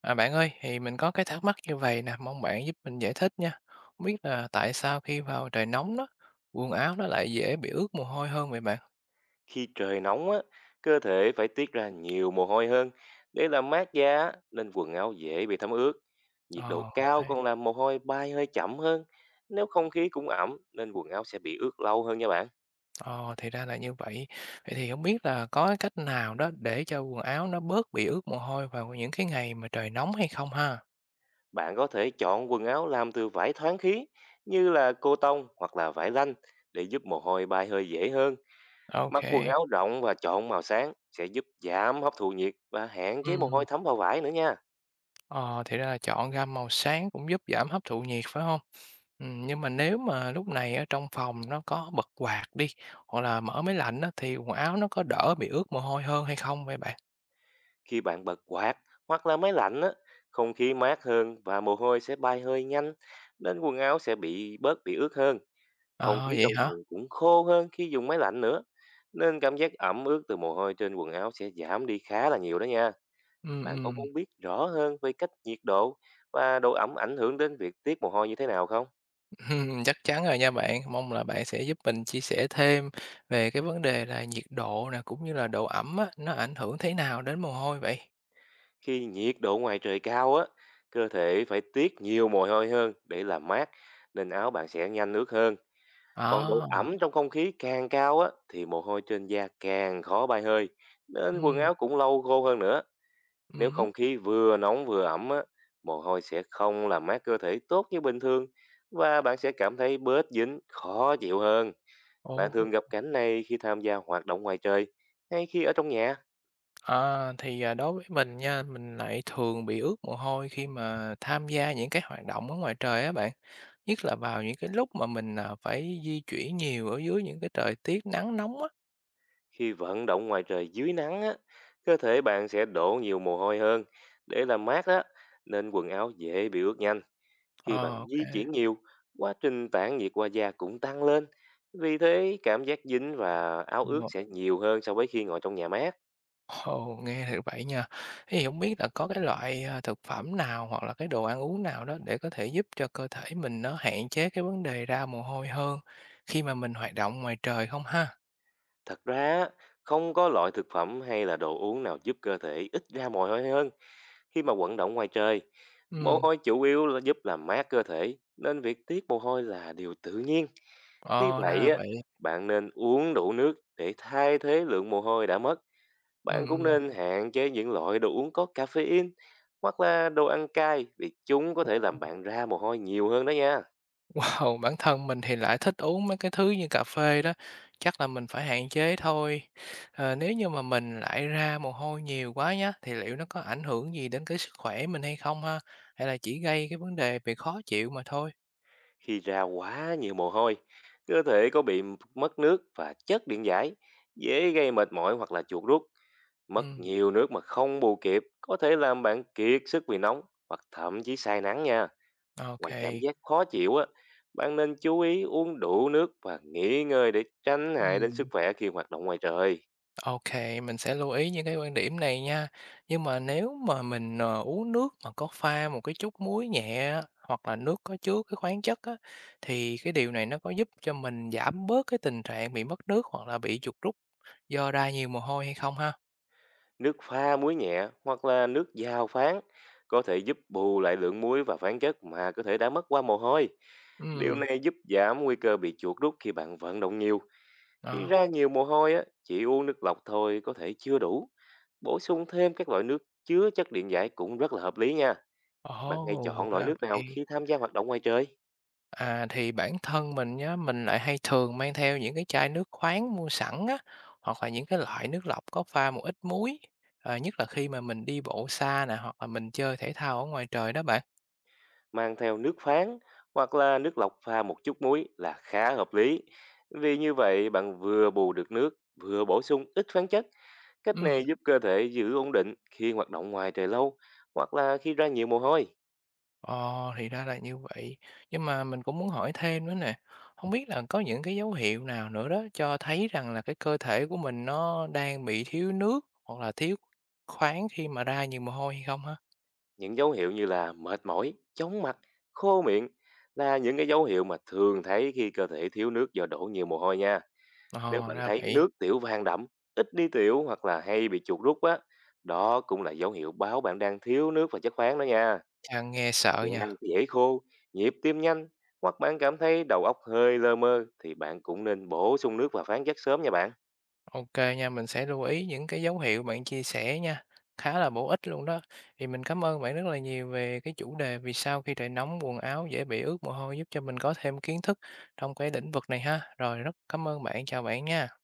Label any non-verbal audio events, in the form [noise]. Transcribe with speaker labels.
Speaker 1: À, bạn ơi, thì mình có cái thắc mắc như vậy nè, mong bạn giúp mình giải thích nha. Không biết là tại sao khi vào trời nóng đó, quần áo nó lại dễ bị ướt mồ hôi hơn vậy bạn?
Speaker 2: Khi trời nóng á, cơ thể phải tiết ra nhiều mồ hôi hơn để làm mát da á, nên quần áo dễ bị thấm ướt. Nhiệt độ
Speaker 1: Ồ,
Speaker 2: cao
Speaker 1: hay.
Speaker 2: còn làm mồ hôi bay hơi chậm hơn. Nếu không khí cũng ẩm nên quần áo sẽ bị ướt lâu hơn nha bạn.
Speaker 1: Ồ, thì ra là như vậy. Vậy thì không biết là có cái cách nào đó để cho quần áo nó bớt bị ướt mồ hôi vào những cái ngày mà trời nóng hay không ha?
Speaker 2: Bạn có thể chọn quần áo làm từ vải thoáng khí như là cô tông hoặc là vải lanh để giúp mồ hôi bay hơi dễ hơn.
Speaker 1: Ô
Speaker 2: Mặc quần
Speaker 1: kê.
Speaker 2: áo rộng và chọn màu sáng sẽ giúp giảm hấp thụ nhiệt và hạn chế mồ hôi thấm vào vải nữa nha.
Speaker 1: Ờ, thì ra là chọn gam màu sáng cũng giúp giảm hấp thụ nhiệt, phải không? Nhưng mà nếu mà lúc này ở trong phòng nó có bật quạt đi, hoặc là mở máy lạnh á, thì quần áo nó có đỡ bị ướt mồ hôi hơn hay không vậy bạn?
Speaker 2: Khi bạn bật quạt hoặc là máy lạnh á, không khí mát hơn và mồ hôi sẽ bay hơi nhanh, nên quần áo sẽ bớt bị ướt hơn. Không
Speaker 1: Ờ,
Speaker 2: khí
Speaker 1: vậy
Speaker 2: trong
Speaker 1: hả?
Speaker 2: phòng cũng khô hơn khi dùng máy lạnh nữa. Nên cảm giác ẩm ướt từ mồ hôi trên quần áo sẽ giảm đi khá là nhiều đó nha. Bạn có
Speaker 1: Ừm.
Speaker 2: muốn biết rõ hơn về cách nhiệt độ và độ ẩm ảnh hưởng đến việc tiết mồ hôi như thế nào không?
Speaker 1: [laughs] Chắc chắn rồi nha bạn. Mong là bạn sẽ giúp mình chia sẻ thêm về cái vấn đề là nhiệt độ nè, cũng như là độ ẩm á, nó ảnh hưởng thế nào đến mồ hôi vậy?
Speaker 2: Khi nhiệt độ ngoài trời cao á, cơ thể phải tiết nhiều mồ hôi hơn để làm mát, nên áo bạn sẽ nhanh ướt hơn. Còn độ
Speaker 1: Ờ,
Speaker 2: ẩm trong không khí càng cao á thì mồ hôi trên da càng khó bay hơi, nên quần
Speaker 1: ừm,
Speaker 2: áo cũng lâu khô hơn nữa. Nếu
Speaker 1: ừm,
Speaker 2: không khí vừa nóng vừa ẩm á, mồ hôi sẽ không làm mát cơ thể tốt như bình thường và bạn sẽ cảm thấy bớt dính, khó chịu hơn.
Speaker 1: ồ.
Speaker 2: Bạn thường gặp cảnh này khi tham gia hoạt động ngoài trời hay khi ở trong nhà?
Speaker 1: À, thì, đối với mình nha, mình lại thường bị ướt mồ hôi khi mà tham gia những cái hoạt động ở ngoài trời á bạn, nhất là vào những cái lúc mà mình, phải di chuyển nhiều ở dưới những cái thời tiết nắng nóng á.
Speaker 2: Khi vận động ngoài trời dưới nắng á, cơ thể bạn sẽ đổ nhiều mồ hôi hơn để làm mát á, nên quần áo dễ bị ướt nhanh. Khi bạn
Speaker 1: Ờ, ô
Speaker 2: di
Speaker 1: kê.
Speaker 2: chuyển nhiều, quá trình tản nhiệt qua da cũng tăng lên. Vì thế, cảm giác dính và áo ướt
Speaker 1: Ồ,
Speaker 2: sẽ nhiều hơn so với khi ngồi trong nhà mát.
Speaker 1: ồ, nghe thì vậy nha. Thế thì không biết là có cái loại, thực phẩm nào hoặc là cái đồ ăn uống nào đó để có thể giúp cho cơ thể mình nó hạn chế cái vấn đề ra mồ hôi hơn khi mà mình hoạt động ngoài trời không ha?
Speaker 2: Thật ra, không có loại thực phẩm hay là đồ uống nào giúp cơ thể ít ra mồ hôi hơn khi mà vận động ngoài trời. Mồ
Speaker 1: Ừm,
Speaker 2: hôi chủ yếu là giúp làm mát cơ thể, nên việc tiết mồ hôi là điều tự nhiên. Tuy
Speaker 1: ờ, ra
Speaker 2: vậy,
Speaker 1: là
Speaker 2: á,
Speaker 1: vậy.
Speaker 2: bạn nên uống đủ nước để thay thế lượng mồ hôi đã mất. Bạn
Speaker 1: Ừm,
Speaker 2: cũng
Speaker 1: ừm.
Speaker 2: nên hạn chế những loại đồ uống có caffeine hoặc là đồ ăn cay, vì chúng có thể làm bạn ra mồ hôi nhiều hơn đó nha.
Speaker 1: Wow, bản thân mình thì lại thích uống mấy cái thứ như cà phê đó, chắc là mình phải hạn chế thôi. Ờ, nếu như mà mình lại ra mồ hôi nhiều quá nhá, thì liệu nó có ảnh hưởng gì đến cái sức khỏe mình hay không ha? Hay là chỉ gây cái vấn đề về khó chịu mà thôi?
Speaker 2: Khi ra quá nhiều mồ hôi, cơ thể có bị mất nước và chất điện giải, dễ gây mệt mỏi hoặc là chuột rút. Mất
Speaker 1: Ừm,
Speaker 2: nhiều nước mà không bù kịp có thể làm bạn kiệt sức vì nóng hoặc thậm chí say nắng nha. Ngoài cảm
Speaker 1: OK.
Speaker 2: giác khó chịu á, bạn nên chú ý uống đủ nước và nghỉ ngơi để tránh hại đến sức
Speaker 1: Ừm.
Speaker 2: khỏe khi hoạt động ngoài trời.
Speaker 1: OK, mình sẽ lưu ý những cái quan điểm này nha. Nhưng mà nếu mà mình, uống nước mà có pha một cái chút muối nhẹ á, hoặc là nước có chứa cái khoáng chất á, thì cái điều này nó có giúp cho mình giảm bớt cái tình trạng bị mất nước hoặc là bị chuột rút do ra nhiều mồ hôi hay không ha?
Speaker 2: Nước pha muối nhẹ hoặc là nước dao phán có thể giúp bù lại lượng muối và khoáng chất mà cơ thể đã mất qua mồ hôi. Điều
Speaker 1: Ừm,
Speaker 2: này giúp giảm nguy cơ bị chuột rút khi bạn vận động nhiều. Khi
Speaker 1: ờ,
Speaker 2: ra nhiều mồ hôi á, chỉ uống nước lọc thôi có thể chưa đủ. Bổ sung thêm các loại nước chứa chất điện giải cũng rất là hợp lý nha.
Speaker 1: ồ,
Speaker 2: Bạn hãy chọn loại
Speaker 1: ra
Speaker 2: nước nào
Speaker 1: vậy.
Speaker 2: khi tham gia hoạt động ngoài trời?
Speaker 1: À, thì bản thân mình nhá, mình lại hay thường mang theo những cái chai nước khoáng mua sẵn á, hoặc là những cái loại nước lọc có pha một ít muối, ờ, nhất là khi mà mình đi bộ xa nè, hoặc là mình chơi thể thao ở ngoài trời đó bạn.
Speaker 2: Mang theo nước khoáng hoặc là nước lọc pha một chút muối là khá hợp lý. Vì như vậy bạn vừa bù được nước, vừa bổ sung ít khoáng chất. Cách
Speaker 1: Ừm,
Speaker 2: này giúp cơ thể giữ ổn định khi hoạt động ngoài trời lâu hoặc là khi ra nhiều mồ hôi.
Speaker 1: ồ, thì ra là như vậy. Nhưng mà mình cũng muốn hỏi thêm nữa nè, không biết là có những cái dấu hiệu nào nữa đó cho thấy rằng là cái cơ thể của mình nó đang bị thiếu nước hoặc là thiếu khoáng khi mà ra nhiều mồ hôi hay không ha?
Speaker 2: Những dấu hiệu như là mệt mỏi, chóng mặt, khô miệng là những cái dấu hiệu mà thường thấy khi cơ thể thiếu nước do đổ nhiều mồ hôi nha. Nếu
Speaker 1: Ồ,
Speaker 2: bạn
Speaker 1: ra
Speaker 2: thấy
Speaker 1: vậy,
Speaker 2: nước tiểu vàng đậm, ít đi tiểu hoặc là hay bị chuột rút á, đó cũng là dấu hiệu báo bạn đang thiếu nước và chất khoáng đó nha.
Speaker 1: chà, nghe sợ nhỉ?
Speaker 2: Da dễ khô, nhịp tim nhanh hoặc bạn cảm thấy đầu óc hơi lơ mơ thì bạn cũng nên bổ sung nước và khoáng chất sớm nha bạn.
Speaker 1: OK nha, mình sẽ lưu ý những cái dấu hiệu bạn chia sẻ nha, khá là bổ ích luôn đó. Thì mình cảm ơn bạn rất là nhiều về cái chủ đề vì sao khi trời nóng quần áo dễ bị ướt mồ hôi giúp cho mình có thêm kiến thức trong cái lĩnh vực này ha. Rồi rất cảm ơn bạn, chào bạn nha.